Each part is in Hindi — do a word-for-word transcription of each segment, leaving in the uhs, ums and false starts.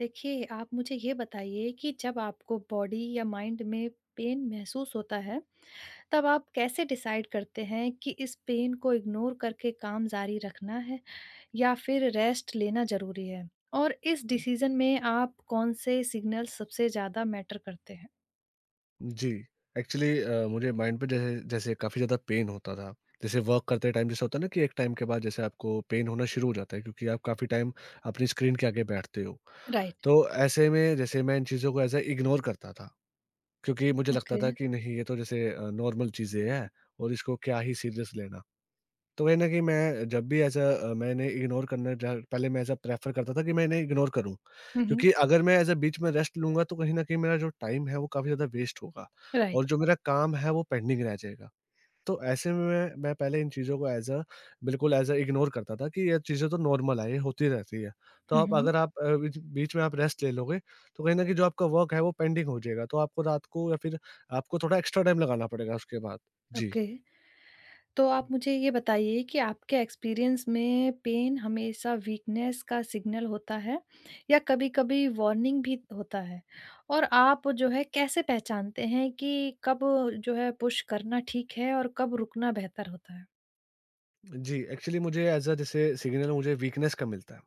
देखिए, आप मुझे ये बताइए कि जब आपको बॉडी या माइंड में पेन महसूस होता है, तब आप कैसे डिसाइड करते हैं कि इस पेन को इग्नोर करके काम जारी रखना है या फिर रेस्ट लेना ज़रूरी है? और इस डिसीज़न में आप कौन से सिग्नल सबसे ज़्यादा मैटर करते हैं? जी, एक्चुअली अ, मुझे माइंड पे जैसे जैसे काफ़ी ज़्यादा पेन होता था। जैसे वर्क करते टाइम जैसे होता है ना कि एक टाइम के बाद जैसे आपको पेन होना शुरू हो जाता है, क्योंकि आप काफ़ी टाइम अपनी स्क्रीन के आगे बैठते हो। राइट, तो ऐसे में जैसे मैं इन चीज़ों को ऐसे इग्नोर करता था, क्योंकि मुझे लगता ओके। था कि नहीं, ये तो जैसे अ, नॉर्मल चीज़ें हैं और इसको क्या ही सीरियस लेना। तो कहीं न कहीं मैं जब भी ऐसा अ, मैंने इग्नोर करना जा, पहले मैं ऐसा प्रेफ़र करता था कि मैं इन्हें इग्नोर करूँ। हुँ, हुँ। क्योंकि अगर मैं ऐसा बीच में रेस्ट लूँगा, तो कहीं न कहीं मेरा जो टाइम है वो काफ़ी ज़्यादा वेस्ट होगा और राइट। जो मेरा काम है वो पेंडिंग रह जाएगा। तो ऐसे में मैं मैं पहले इन चीज़ों को ऐज़ अ बिल्कुल ऐज़ अ इग्नोर करता था कि ये चीज़ें तो नॉर्मल है, ये होती रहती है। तो हुँ, आप हुँ। अगर आप अ, बीच बीच में आप रेस्ट ले लोगे, तो कहीं न कहीं जो आपका वर्क है वो पेंडिंग हो जाएगा। तो आपको रात को या फिर आपको थोड़ा एक्स्ट्रा टाइम लगाना पड़ेगा उसके बाद। जी। ओके। तो आप मुझे ये बताइए कि आपके एक्सपीरियंस में पेन हमेशा वीकनेस का सिग्नल होता है या कभी-कभी वार्निंग भी होता है? और आप जो है कैसे पहचानते हैं कि कब जो है पुश करना ठीक है और कब रुकना बेहतर होता है? जी, एक्चुअली मुझे एज़ अ जैसे सिग्नल मुझे वीकनेस का मिलता है।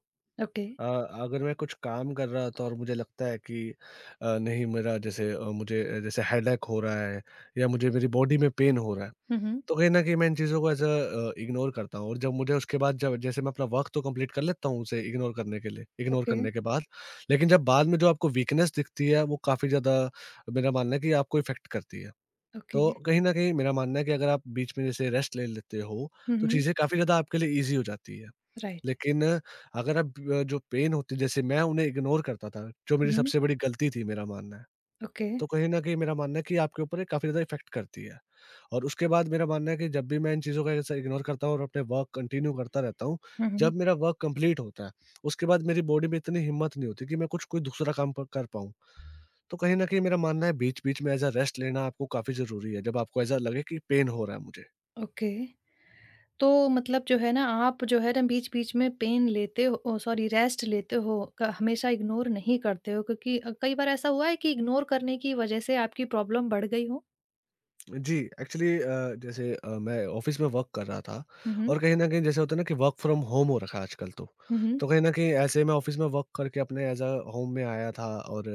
ओके। अ, अगर मैं कुछ काम कर रहा था और मुझे लगता है कि अ, नहीं, मेरा जैसे अ, मुझे अ, जैसे हेडेक हो रहा है या मुझे मेरी बॉडी में पेन हो रहा है, हुँ, हुँ। तो कहीं न कहीं मैं इन चीज़ों को एज़ अ अ, इग्नोर करता हूँ, और जब मुझे उसके बाद जब जैसे मैं अपना वर्क तो कंप्लीट कर लेता हूँ उसे इग्नोर करने के लिए इग्नोर ओके, करने के बाद, लेकिन जब बाद में जो आपको वीकनेस दिखती है, वो काफ़ी ज़्यादा मेरा मानना है कि आपको इफ़ेक्ट करती है। ओके। तो कहीं न कहीं मेरा मानना है कि अगर आप बीच में जैसे रेस्ट ले लेते हो, हुँ, तो हुँ। चीज़ें काफ़ी ज़्यादा आपके लिए ईज़ी हो जाती है। राइट। लेकिन अगर आप अ, जो पेन होती है जैसे मैं उन्हें इग्नोर करता था, जो हुँ, मेरी हुँ। सबसे बड़ी गलती थी मेरा मानना है। ओके। तो कहीं न कहीं मेरा मानना है कि आपके ऊपर ये काफ़ी ज़्यादा इफ़ेक्ट करती है। और उसके बाद मेरा मानना है कि जब भी मैं इन चीज़ों का ऐसे इग्नोर करता हूँ और अपने वर्क कंटिन्यू करता रहता हूँ, हुँ, हुँ। जब मेरा वर्क कंप्लीट होता है, उसके बाद मेरी बॉडी में इतनी हिम्मत नहीं होती कि मैं कुछ कोई दूसरा काम प कर पाऊँ। तो कहीं न कहीं मेरा मानना है बीच-बीच में एज़ अ रेस्ट लेना आपको काफ़ी ज़रूरी है, जब आपको ऐसा लगे कि पेन हो रहा है मुझे। ओके। तो मतलब जो है ना आप जो है ना बीच-बीच में पेन लेते हो ओह सॉरी रेस्ट लेते हो, क हमेशा इग्नोर नहीं करते हो क्योंकि अ, कई बार ऐसा हुआ है कि इग्नोर करने की वजह से आपकी प्रॉब्लम बढ़ गई हो? जी, एक्चुअली अ, जैसे अ, मैं ऑफ़िस में वर्क कर रहा था हुँ, हुँ। और कहीं न कहीं जैसे होता है ना कि वर्क फ्रॉम होम हो रखा है आजकल तो। हुँ, हुँ। तो कहीं न कहीं ऐसे मैं ऑफ़िस में वर्क करके अपने ऐज़ अ होम में आया था, और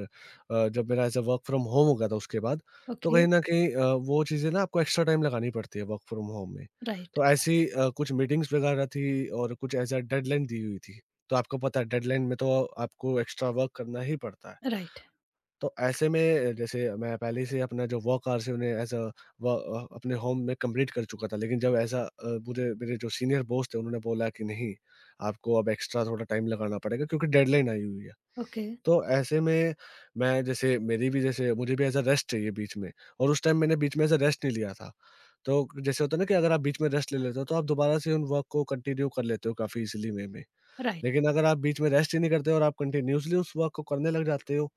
अ, जब मेरा as a work from home हो गया था उसके बाद, तो ओके, कहीं न कहीं अ, वो चीज़ें ना आपको एक्स्ट्रा टाइम लगानी पड़ती है वर्क फ्रॉम होम में। राइट, तो ऐसी अ, कुछ मीटिंग्स वगैरह थी और कुछ ऐज़ अ डेडलाइन दी हुई थी। तो आपको पता है डेडलाइन में तो आपको एक्स्ट्रा वर्क करना ही पड़ता है। राइट, तो ऐसे में जैसे मैं पहले से अपना जो वर्क आवर्स है उन्हें एज़ अ व अ, अपने होम में कंप्लीट कर चुका था। लेकिन जब ऐसा अ, पूरे मेरे जो सीनियर बॉस थे, उन्होंने बोला कि नहीं, आपको अब एक्स्ट्रा थोड़ा टाइम लगाना पड़ेगा, क्योंकि डेडलाइन आई हुई है। ओके, तो ऐसे में मैं जैसे मेरी भी जैसे मुझे भी एज़ अ रेस्ट चाहिए बीच में, और उस टाइम मैंने बीच में ऐसा रेस्ट नहीं लिया था। तो जैसे होता है ना कि अगर आप बीच में रेस्ट ले लेते हो, तो आप दोबारा से उन वर्क को कंटिन्यू कर लेते हो काफ़ी इज़िली वे में। राइट। लेकिन अगर आप बीच में रेस्ट ही नहीं करते और आप कंटिन्यूअसली उस वर्क को करने लग जाते हो,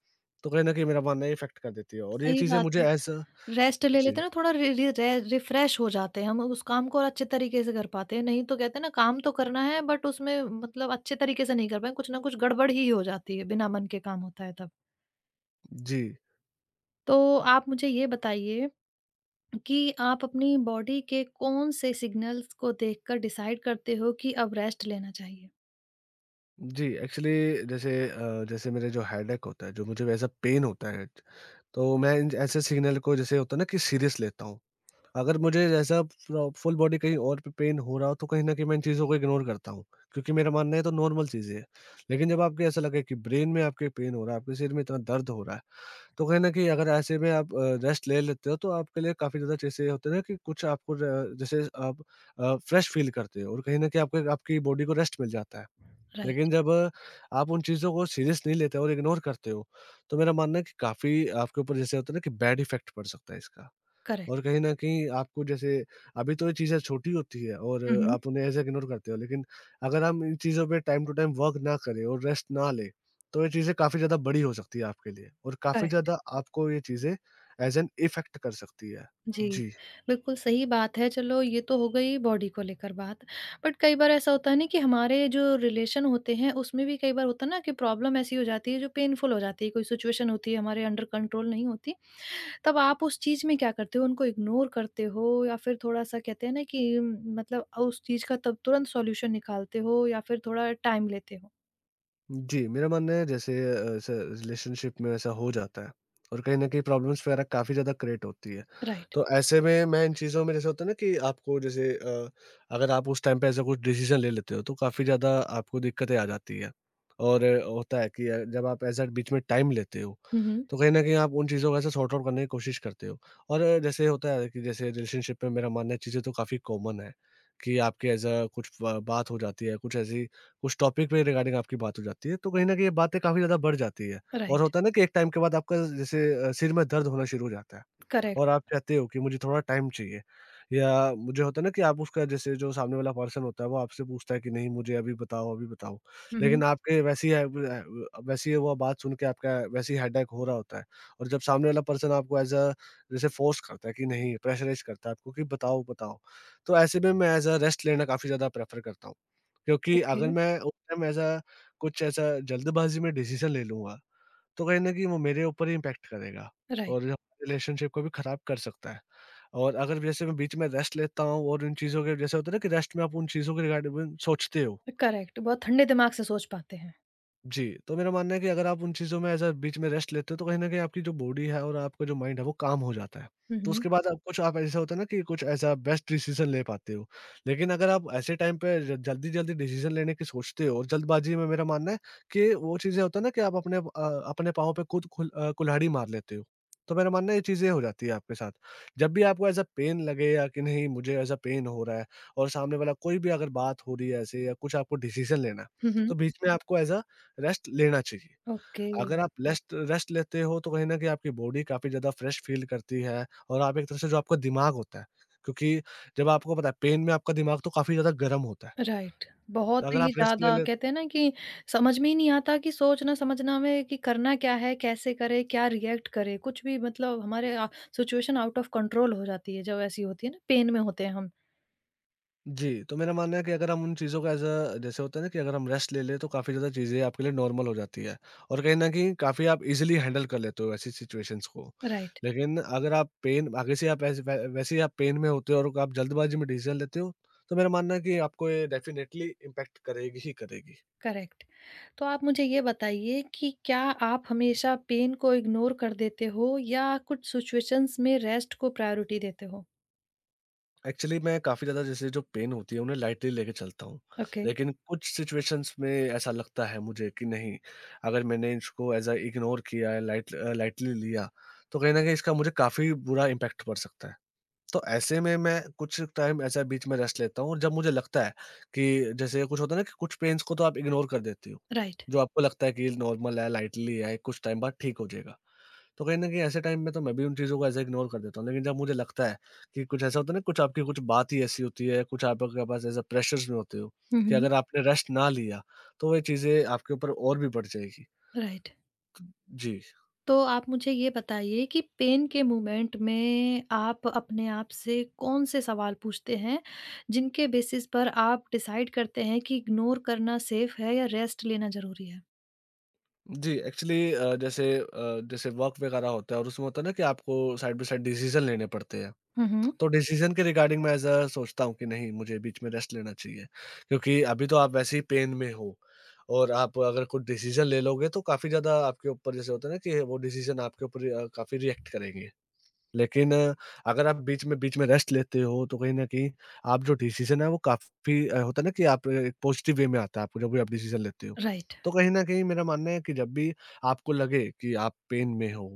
तो कहीं न कहीं मेरा मानना है ये इफ़ेक्ट कर देती है और ये सही चीज़ें बात मुझे है। एज़ अ रेस्ट ले जी, लेते हैं ना थोड़ा रि रि रे रिफ्रेश हो जाते हैं, हम उस काम को और अच्छे तरीके से कर पाते हैं, नहीं तो कहते हैं ना काम तो करना है बट उसमें मतलब अच्छे तरीके से नहीं कर पाए, कुछ ना कुछ गड़बड़ ही हो जाती है, बिना मन के काम होता है तब। जी, तो आप मुझे ये बताइए कि आप अपनी बॉडी के कौन से सिग्नल्स को देखकर डिसाइड करते हो कि अब रेस्ट लेना चाहिए? जी, एक्चुअली जैसे अ, जैसे मेरे जो हेडेक होता है, जो मुझे एज़ अ पेन होता है, तो मैं इन ऐसे सिग्नल को जैसे होता है ना कि सीरियस लेता हूँ। अगर मुझे ऐसा फ़ फुल बॉडी कहीं और पे पेन हो रहा हो, तो कहीं न कहीं मैं इन चीज़ों को इग्नोर करता हूँ, क्योंकि मेरा मानना है ये तो नॉर्मल चीज़ें हैं। लेकिन जब आपको ऐसा लगे कि ब्रेन में आपके पेन हो रहा है, आपके सिर में इतना दर्द हो रहा है, तो कहीं न कहीं अगर ऐसे में आप अ, रेस्ट ले लेते हो, तो आपके लिए काफ़ी ज़्यादा जैसे होता है ना कि कुछ आपको ज जैसे आप अ, फ्रेश फ़ील करते हो और कहीं न कहीं आपके आपकी बॉडी को रेस्ट मिल जाता है। राइट, लेकिन जब अ, आप उन चीज़ों को सीरियस नहीं लेते हो और इग्नोर करते हो, तो मेरा मानना है कि काफ़ी आपके ऊपर जैसे होता है ना कि बैड इफ़ेक्ट पड़ सकता है इसका। करेक्ट। और कहीं न कहीं आपको जैसे अभी तो ये चीज़ें छोटी होती है और हुँ, हुँ, आप उन्हें ऐसे इग्नोर करते हो, लेकिन अगर हम इन चीज़ों पे टाइम टू टाइम वर्क ना करें और रेस्ट ना लें, तो ये चीज़ें काफ़ी ज़्यादा बड़ी हो सकती है आपके लिए, और काफ़ी करेक्ट। ज़्यादा आपको ये चीज़ें एज़ एन इफ़ेक्ट कर सकती है। जी, जी। बिल्कुल सही बात है। चलो ये तो हो गई बॉडी को लेकर बात। बट कई बार ऐसा होता है ना कि हमारे जो रिलेशन होते हैं उसमें भी कई बार होता है ना कि प्रॉब्लम ऐसी हो जाती है जो पेनफुल हो जाती है, कोई सिचुएशन होती है हमारे अंडर कंट्रोल नहीं होती। तब आप उस चीज़ में क्या करते हो? उनको इग्नोर करते हो या फिर थोड़ा-सा कहते हैं ना कि म, मतलब उस चीज़ का तब तुरंत सॉल्यूशन निकालते हो या फिर थोड़ा टाइम लेते हो? जी, मेरा मानना है जैसे अ, ऐसा रिलेशनशिप में ऐसा हो जाता है और कहीं न कहीं प्रॉब्लम्स वगैरह काफ़ी ज़्यादा क्रिएट होती है। राइट। तो ऐसे में मैं इन चीज़ों में जैसे होता है ना कि आपको जैसे अ, अगर आप उस टाइम पे ऐसा कुछ डिसीज़न ले लेते हो, तो काफ़ी ज़्यादा आपको दिक्कतें आ जाती है। और अ, होता है कि अ, जब आप ऐसा बीच में टाइम लेते हो, हुँ, हुँ। तो कहीं न कहीं आप उन चीज़ों को ऐसे सॉर्ट आउट करने की कोशिश करते हो। और अ, जैसे होता है कि जैसे रिलेशनशिप में मेरा मानना है चीज़ें तो काफ़ी कॉमन है कि आपके ऐसा कुछ ब बात हो जाती है, कुछ ऐसी उस टॉपिक पे रिगार्डिंग आपकी बात हो जाती है, तो कहीं न कहीं ये बातें काफ़ी ज़्यादा बढ़ जाती है, और राइट। होता है ना कि एक टाइम के बाद आपका जैसे अ, सिर में दर्द होना शुरू हो जाता है, और करेक्ट। आप चाहते हो कि मुझे थोड़ा टाइम चाहिए, या मुझे होता है ना कि आप उसका जैसे जो सामने वाला पर्सन होता है, वो आपसे पूछता है कि नहीं, मुझे अभी बताओ, अभी बताओ। हुँ, लेकिन हुँ। आपके वैसी है व अ, वैसी है वो बात सुन के आपका वैसे ही हेडेक हो रहा होता है, और जब सामने वाला पर्सन आपको एज़ अ जैसे फोर्स करता है कि नहीं प्रेशराइज़ करता है आपको कि बताओ, बताओ। तो ऐसे में मैं एज़ अ रेस्ट लेना काफ़ी ज़्यादा प्रेफ़र करता हूँ। क्योंकि ओके, अगर मैं उस टाइम ऐसा कुछ ऐसा जल्दबाज़ी में डिसीज़न ले लूँगा, तो कहीं न कहीं वो मेरे ऊपर ही इम्पैक्ट करेगा और राइट। रिलेशनशिप को भी ख़राब कर सकता है। और अगर जैसे मैं बीच में रेस्ट लेता हूँ और इन चीज़ों के जैसे होता है ना कि रेस्ट में आप उन चीज़ों के रिगार्डिंग सोचते हो। करेक्ट। बहुत ठंडे दिमाग से सोच पाते हैं। जी, तो मेरा मानना है कि अगर आप उन चीज़ों में एज़ अ बीच में रेस्ट लेते हो, तो कहीं न कहीं आपकी जो बॉडी है और आपका जो माइंड है, वो काम हो जाता है। हुँ, तो हुँ। उसके बाद आप कुछ आप ऐसा होता है ना कि कुछ ऐसा बेस्ट डिसीज़न ले पाते हो। लेकिन अगर आप ऐसे टाइम पे ज जल्दी-जल्दी डिसीज़न लेने की सोचते हो, और जल्दबाज़ी में मेरा मानना है कि वो चीज़ें होता है ना कि आप अपने अ, अपने पाँव पे खुद खुल अ, कुल्हाड़ी मार लेते हो। तो मेरा मानना है ये चीज़ें हो जाती है आपके साथ। जब भी आपको एज़ अ पेन लगे या कि नहीं मुझे एज़ अ पेन हो रहा है, और सामने वाला कोई भी अगर बात हो रही है ऐसे या कुछ आपको डिसीज़न लेना है, हुँ, तो हुँ। बीच में आपको एज़ अ रेस्ट लेना चाहिए। ओके। अगर आप लेस्ट रेस्ट लेते हो, तो कहीं न कहीं आपकी बॉडी काफ़ी ज़्यादा फ्रेश फील करती है और आप एक तरह से जो आपका दिमाग होता है, क्योंकि जब आपको पता है पेन में आपका दिमाग तो काफ़ी ज़्यादा गर्म होता है। राइट। तो बहुत अगर ही आप रेस्ट ले ज़्यादा ले। कहते हैं ना कि समझ में ही नहीं आता कि सोचना-समझना में कि करना क्या है, कैसे करें, क्या रिएक्ट करें, कुछ भी मतलब हमारे अ, सिचुएशन आउट ऑफ कंट्रोल हो जाती है जब ऐसी होती है ना, पेन में होते हैं हम। जी, तो मेरा मानना है कि अगर हम उन चीज़ों का एज़ अ जैसे होता है ना कि अगर हम रेस्ट ले लें, तो काफ़ी ज़्यादा चीज़ें आपके लिए नॉर्मल हो जाती है और कहीं न कहीं काफ़ी आप ईज़िली हैंडल कर लेते हो ऐसी सिचुएशंस को। राइट, लेकिन अगर आप पेन आगे से आप ऐसे वै वैसे ही आप पेन में होते हो और आप जल्दबाज़ी में डिसीज़न लेते हो, तो मेरा मानना है कि आपको ये डेफ़िनेटली इम्पैक्ट करेगी ही करेगी। करेक्ट। तो आप मुझे ये बताइए कि क्या आप हमेशा पेन को इग्नोर कर देते हो या कुछ सिचुएशंस में रेस्ट को प्रायोरिटी देते हो? एक्चुअली मैं काफ़ी ज़्यादा जैसे जो पेन होती है उन्हें लाइटली लेके चलता हूँ। ओके, लेकिन कुछ सिचुएशंस में ऐसा लगता है मुझे कि नहीं, अगर मैंने इसको एज़ अ इग्नोर किया लाइट अ, लाइटली लिया तो कहीं न कहीं इसका मुझे काफ़ी बुरा इम्पैक्ट पड़ सकता है। तो ऐसे में मैं कुछ टाइम ऐसा बीच में रेस्ट लेता हूँ और जब मुझे लगता है कि जैसे कुछ होता है ना कि कुछ पेन्स को तो आप इग्नोर कर देते हो। राइट। जो आपको लगता है कि नॉर्मल है, लाइटली है, कुछ टाइम बाद ठीक हो जाएगा। तो कहीं न कहीं ऐसे टाइम में तो मैं भी उन चीज़ों को ऐसे इग्नोर कर देता हूँ। लेकिन जब मुझे लगता है कि कुछ ऐसा होता है ना, कुछ आपकी कुछ बात ही ऐसी होती है, कुछ आपके पास ऐसा प्रेशर्स में होते हो हुँ, कि हुँ, अगर आपने रेस्ट ना लिया तो वो चीज़ें आपके ऊपर और भी बढ़ जाएगी। राइट। जी। तो आप मुझे ये बताइए कि पेन के मोमेंट में आप अपने आप से कौन से सवाल पूछते हैं, जिनके बेसिस पर आप डिसाइड करते हैं कि इग्नोर करना सेफ है या रेस्ट लेना ज़रूरी है? जी, एक्चुअली अ, जैसे अ, जैसे वर्क वगैरह होता है और उसमें होता है ना कि आपको साइड बाय साइड डिसीज़न लेने पड़ते हैं। हुँ, हुँ। तो डिसीज़न के रिगार्डिंग मैं ऐसा सोचता हूँ कि नहीं, मुझे बीच में रेस्ट लेना चाहिए, क्योंकि अभी तो आप वैसे ही पेन में हो और आप अगर कुछ डिसीज़न ले लोगे तो काफ़ी ज़्यादा आपके ऊपर जैसे होता है ना कि वो डिसीज़न आपके ऊपर अ, काफ़ी रिएक्ट करेंगे। लेकिन अ, अगर आप बीच में बीच में रेस्ट लेते हो, तो कहीं न कहीं आप जो डिसीज़न है वो काफ़ी अ, होता है ना कि आप एक पॉज़िटिव वे में आता है आपको जब भी आप डिसीज़न लेते हो। राइट, तो कहीं न कहीं मेरा मानना है कि जब भी आपको लगे कि आप पेन में हो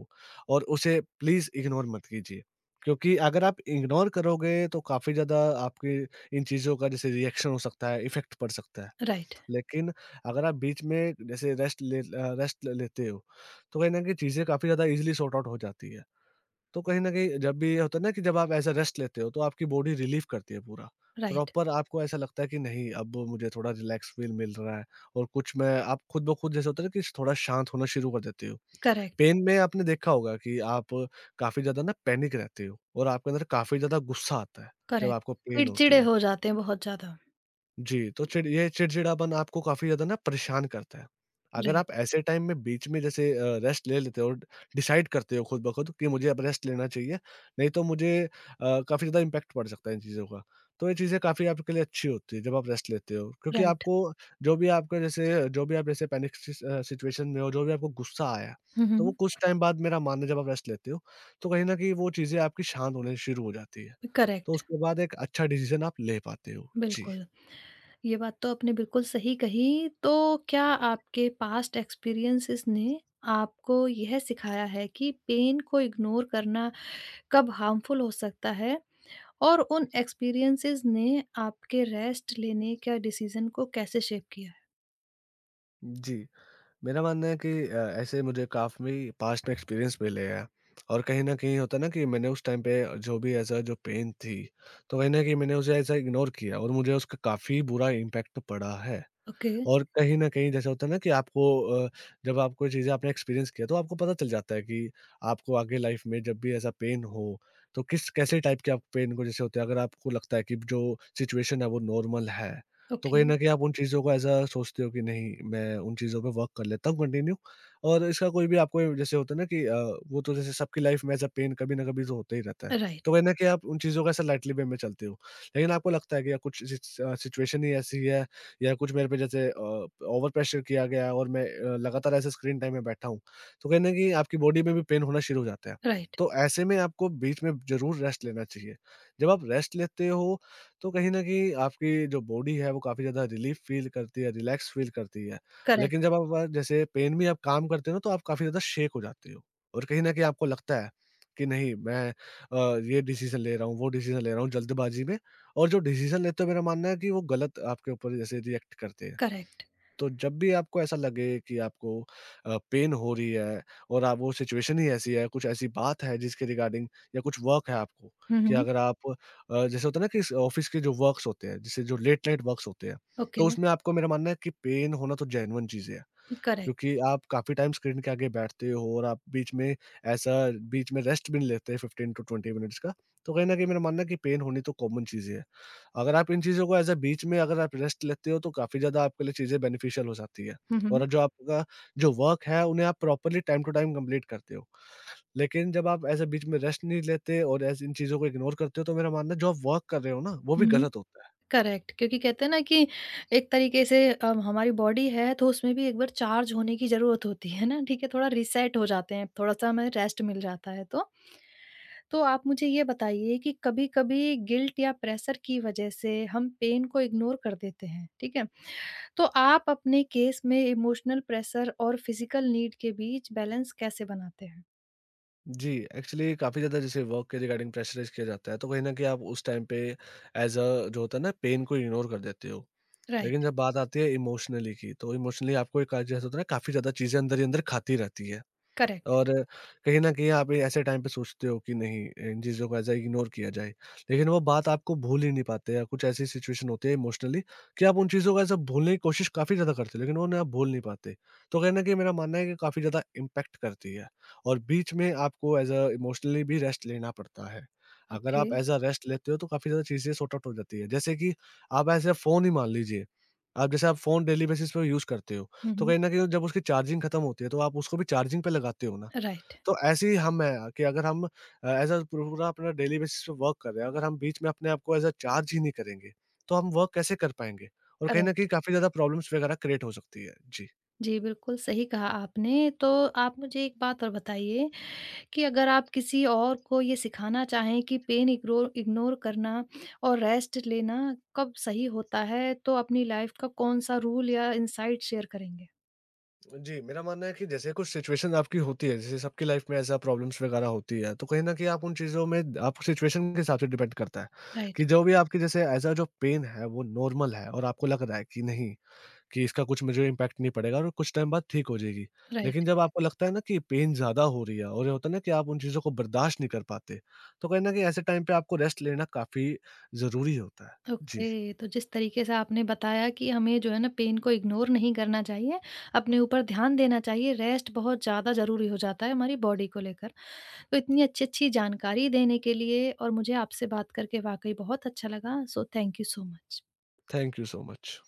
और उसे प्लीज़ इग्नोर मत कीजिए। क्योंकि अगर आप इग्नोर करोगे तो काफ़ी ज़्यादा आपके इन चीज़ों का जैसे रिएक्शन हो सकता है, इफ़ेक्ट पड़ सकता है। राइट, लेकिन अगर आप बीच में जैसे रेस्ट ले अ, रेस्ट लेते हो, तो कहीं न कहीं चीज़ें काफ़ी ज़्यादा ईज़िली सॉर्ट आउट हो जाती है। तो कहीं न कहीं जब भी ये होता है ना कि जब आप ऐसा रेस्ट लेते हो, तो आपकी बॉडी रिलीफ़ करती है पूरा। राइट। प्रॉपर आपको ऐसा लगता है कि नहीं, अब मुझे थोड़ा रिलैक्स फ़ील मिल रहा है और कुछ मैं आप खुद ब खुद जैसे होता है ना कि थोड़ा शांत होना शुरू कर देते हो। करेक्ट, पेन में आपने देखा होगा कि आप काफ़ी ज़्यादा ना पैनिक रहते हो और आपके अंदर काफ़ी ज़्यादा गुस्सा आता है, जब करेक्ट। आपको पेन होती चिड़चिड़े है। हो जाते हैं बहुत ज़्यादा। जी, तो चिड़ ये चिड़चिड़ापन आपको काफ़ी ज़्यादा ना परेशान करता है। अगर राइट, आप ऐसे टाइम में बीच में जैसे अ, रेस्ट ले लेते हो, डिसाइड करते हो खुद ब खुद कि मुझे अब रेस्ट लेना चाहिए, नहीं तो मुझे अ, काफ़ी ज़्यादा इम्पैक्ट पड़ सकता है इन चीज़ों का। तो ये चीज़ें काफ़ी आपके लिए अच्छी होती है जब आप रेस्ट लेते हो, क्योंकि राइट। आपको जो भी आपका जैसे जो भी आप जैसे पैनिक सिस अ, सिचुएशन में हो, जो भी आपको गुस्सा आया, हुँ, तो वो हुँ। कुछ टाइम बाद मेरा मानना है जब आप रेस्ट लेते हो, तो कहीं न कहीं वो चीज़ें आपकी शांत होने शुरू हो जाती है। तो करेक्ट, उसके बाद एक अच्छा डिसीज़न आप ले पाते हो। जी। बिल्कुल। ये बात तो आपने बिल्कुल सही कही। तो क्या आपके पास्ट एक्सपीरियंसेस ने आपको यह सिखाया है कि पेन को इग्नोर करना कब हार्मफुल हो सकता है? और उन एक्सपीरियंसेस ने आपके रेस्ट लेने का डिसीज़न को कैसे शेप किया है? जी, मेरा मानना है कि अ, ऐसे मुझे काफ़ी पास्ट में एक्सपीरियंस मिले हैं और कहीं न कहीं होता है ना कि मैंने उस टाइम पे जो भी ऐसा जो पेन थी, तो कहीं न कहीं मैंने उसे ऐसा इग्नोर किया और मुझे उसका काफ़ी बुरा इम्पैक्ट पड़ा है। ओके, और कहीं न कहीं जैसा होता है ना कि आपको अ, जब आपको ये चीज़ें आपने एक्सपीरियंस किया तो आपको पता चल जाता है कि आपको आगे लाइफ में जब भी ऐसा पेन हो, तो किस कैसे टाइप के आप पेन को जैसे होते हैं, अगर आपको लगता है कि जो सिचुएशन है वो नॉर्मल है, तो कहीं ओके। न कहीं आप उन चीज़ों को ऐसा सोचते हो कि नहीं, मैं उन चीज़ों पे वर्क कर लेता हूँ कंटिन्यू और इसका कोई भी आपको जैसे होता है ना कि अ, वो तो जैसे सबकी लाइफ में ऐसा पेन कभी न कभी तो होता ही रहता है। राइट, तो कहीं न कहीं आप उन चीज़ों को ऐसा लाइटली वे में चलते हो। लेकिन आपको लगता है कि यार कुछ सिच अ, सिचुएशन ही ऐसी है या कुछ मेरे पे जैसे अ, ओवर प्रेशर किया गया है और मैं अ, लगातार ऐसे स्क्रीन टाइम में बैठा हूँ, तो कहीं न कहीं आपकी बॉडी में भी पेन होना शुरू हो जाता है। राइट। तो ऐसे में आपको बीच में ज़रूर रेस्ट लेना चाहिए। जब आप रेस्ट लेते हो, तो कहीं न कहीं आपकी जो बॉडी है वो काफ़ी ज़्यादा रिलीफ़ फ़ील करती है, रिलैक्स फ़ील करती है। लेकिन करेक्ट, जब आप आ, जैसे पेन में आप काम करते हो ना, तो आप काफ़ी ज़्यादा शेक हो जाते हो और कहीं न कहीं आपको लगता है कि नहीं, मैं अ, ये डिसीज़न ले रहा हूँ, वो डिसीज़न ले रहा हूँ जल्दबाज़ी में और जो डिसीज़न लेते हो मेरा मानना है कि वो गलत आपके ऊपर जैसे रिएक्ट करते हैं। करेक्ट। तो जब भी आपको ऐसा लगे कि आपको अ, पेन हो रही है और आप वो सिचुएशन ही ऐसी है, कुछ ऐसी बात है जिसके रिगार्डिंग या कुछ वर्क है आपको हुँ, कि हुँ। अगर आप अ, जैसे होता है ना कि ऑफ़िस के जो वर्क्स होते हैं, जैसे जो लेट नाइट वर्क्स होते हैं, ओके, तो उसमें आपको मेरा मानना है कि पेन होना तो जेन्युइन चीज़ है। करेक्ट। क्योंकि आप काफ़ी टाइम स्क्रीन के आगे बैठते हो और आप बीच में ऐसा बीच में रेस्ट भी नहीं लेते फ़िफ़्टीन टू ट्वेंटी मिनट्स का। तो कहीं न कहीं मेरा मानना है कि पेन होनी तो कॉमन चीज़ें हैं। अगर आप इन चीज़ों को एज़ अ बीच में अगर आप रेस्ट लेते हो तो काफ़ी ज़्यादा आपके लिए चीज़ें बेनिफिशियल हो जाती है। हुँ, और हुँ। जो आपका जो वर्क है उन्हें आप properly time to time complete करते हो। लेकिन जब आप एज़ अ बीच में रेस्ट नहीं लेते और एज़ इन चीज़ों को इग्नोर करते हो तो मेरा मानना है जो आप वर्क कर रहे हो ना, वो भी हुँ। गलत होता है। करेक्ट क्योंकि कहते हैं ना कि एक तरीके से अम, हमारी बॉडी है तो उसमें भी एक बार चार्ज होने की ज़रूरत होती है ना ठीक है थोड़ा रिसेट हो जाते हैं थोड़ा सा हमें रेस्ट मिल जाता है तो तो आप मुझे ये बताइए कि कभी कभी गिल्ट या प्रेशर की वजह से हम पेन को इग्नोर कर देते हैं ठीक है तो आप अपने केस में इमोशनल प्रेशर और फिजिकल नीड के बीच बैलेंस कैसे बनाते हैं जी, एक्चुअली काफ़ी ज़्यादा जैसे वर्क के रिगार्डिंग प्रेशराइज़ किया जाता है, तो कहीं न कहीं आप उस टाइम पे एज़ अ, जो होता है ना पेन को इग्नोर कर देते हो। लेकिन राइट जब बात आती है इमोशनली की, तो इमोशनली आपको एक जैसे होता है ना काफ़ी ज़्यादा चीज़ें अंदर ही अंदर खाती रहती है। करेक्ट और कहीं न कहीं आप ऐसे टाइम पे सोचते हो कि नहीं, इन चीज़ों को ऐसा इग्नोर किया जाए। लेकिन वो बात आपको भूल ही नहीं पाते या कुछ ऐसी सिचुएशन होती है इमोशनली कि आप उन चीज़ों को ऐसा भूलने की कोशिश काफ़ी ज़्यादा करते हो लेकिन उन्हें आप भूल नहीं पाते। तो कहीं न कहीं मेरा मानना है कि काफ़ी ज़्यादा इम्पैक्ट करती है और बीच में आपको एज़ अ इमोशनली भी रेस्ट लेना पड़ता है। अगर ओके आप एज़ अ रेस्ट लेते हो तो काफ़ी ज़्यादा चीज़ें सॉर्ट आउट हो जाती है। जैसे कि आप ऐसे फ़ोन ही मान लीजिए, आप जैसे आप फ़ोन डेली बेसिस पे यूज़ करते हो। तो हम्म कहीं न कहीं तो जब उसकी चार्जिंग खत्म होती है, तो आप उसको भी चार्जिंग पे लगाते हो ना। राइट तो ऐसे ही हम हैं कि अगर हम अ, एज़ अ पूरा अपना डेली बेसिस पे वर्क कर रहे हैं, अगर हम बीच में अपने आप को एज़ अ चार्ज ही नहीं करेंगे, तो हम वर्क कैसे कर पाएँगे? और कहीं न करेक्ट कहीं काफ़ी ज़्यादा प्रॉब्लम्स वगैरह क्रिएट हो सकती है। जी। जी बिल्कुल सही कहा आपने तो आप मुझे एक बात और बताइए कि अगर आप किसी और को ये सिखाना चाहें कि पेन इग्नोर इग्नोर करना और रेस्ट लेना कब सही होता है, तो अपनी लाइफ का कौन-सा रूल या इनसाइट शेयर करेंगे? जी, मेरा मानना है कि जैसे कुछ सिचुएशन आपकी होती है, जैसे सबकी लाइफ में ऐसा प्रॉब्लम्स वगैरह होती है, तो कहीं न कहीं आप उन चीज़ों में आप सिचुएशन के हिसाब से डिपेंड करता है, राइट, कि जो भी आपकी जैसे एज़ अ जो पेन है, वो नॉर्मल है और आपको लग रहा है कि नहीं कि इसका कुछ मुझे इम्पैक्ट नहीं पड़ेगा और कुछ टाइम बाद ठीक हो जाएगी। राइट। लेकिन जब आपको लगता है ना कि पेन ज़्यादा हो रही है और ये होता है ना कि आप उन चीज़ों को बर्दाश्त नहीं कर पाते, तो कहीं न कहीं ऐसे टाइम पे आपको रेस्ट लेना काफ़ी ज़रूरी होता है। जी, ओके, तो जिस तरीके से आपने बताया कि हमें जो है ना पेन को इग्नोर नहीं करना चाहिए, अपने ऊपर ध्यान देना चाहिए, रेस्ट बहुत ज़्यादा ज़रूरी हो जाता है हमारी बॉडी को लेकर। तो इतनी अच्छी-अच्छी जानकारी देने के लिए और मुझे आपसे बात करके वाक़ई बहुत अच्छा लगा, so thank you so much. Thank you so much.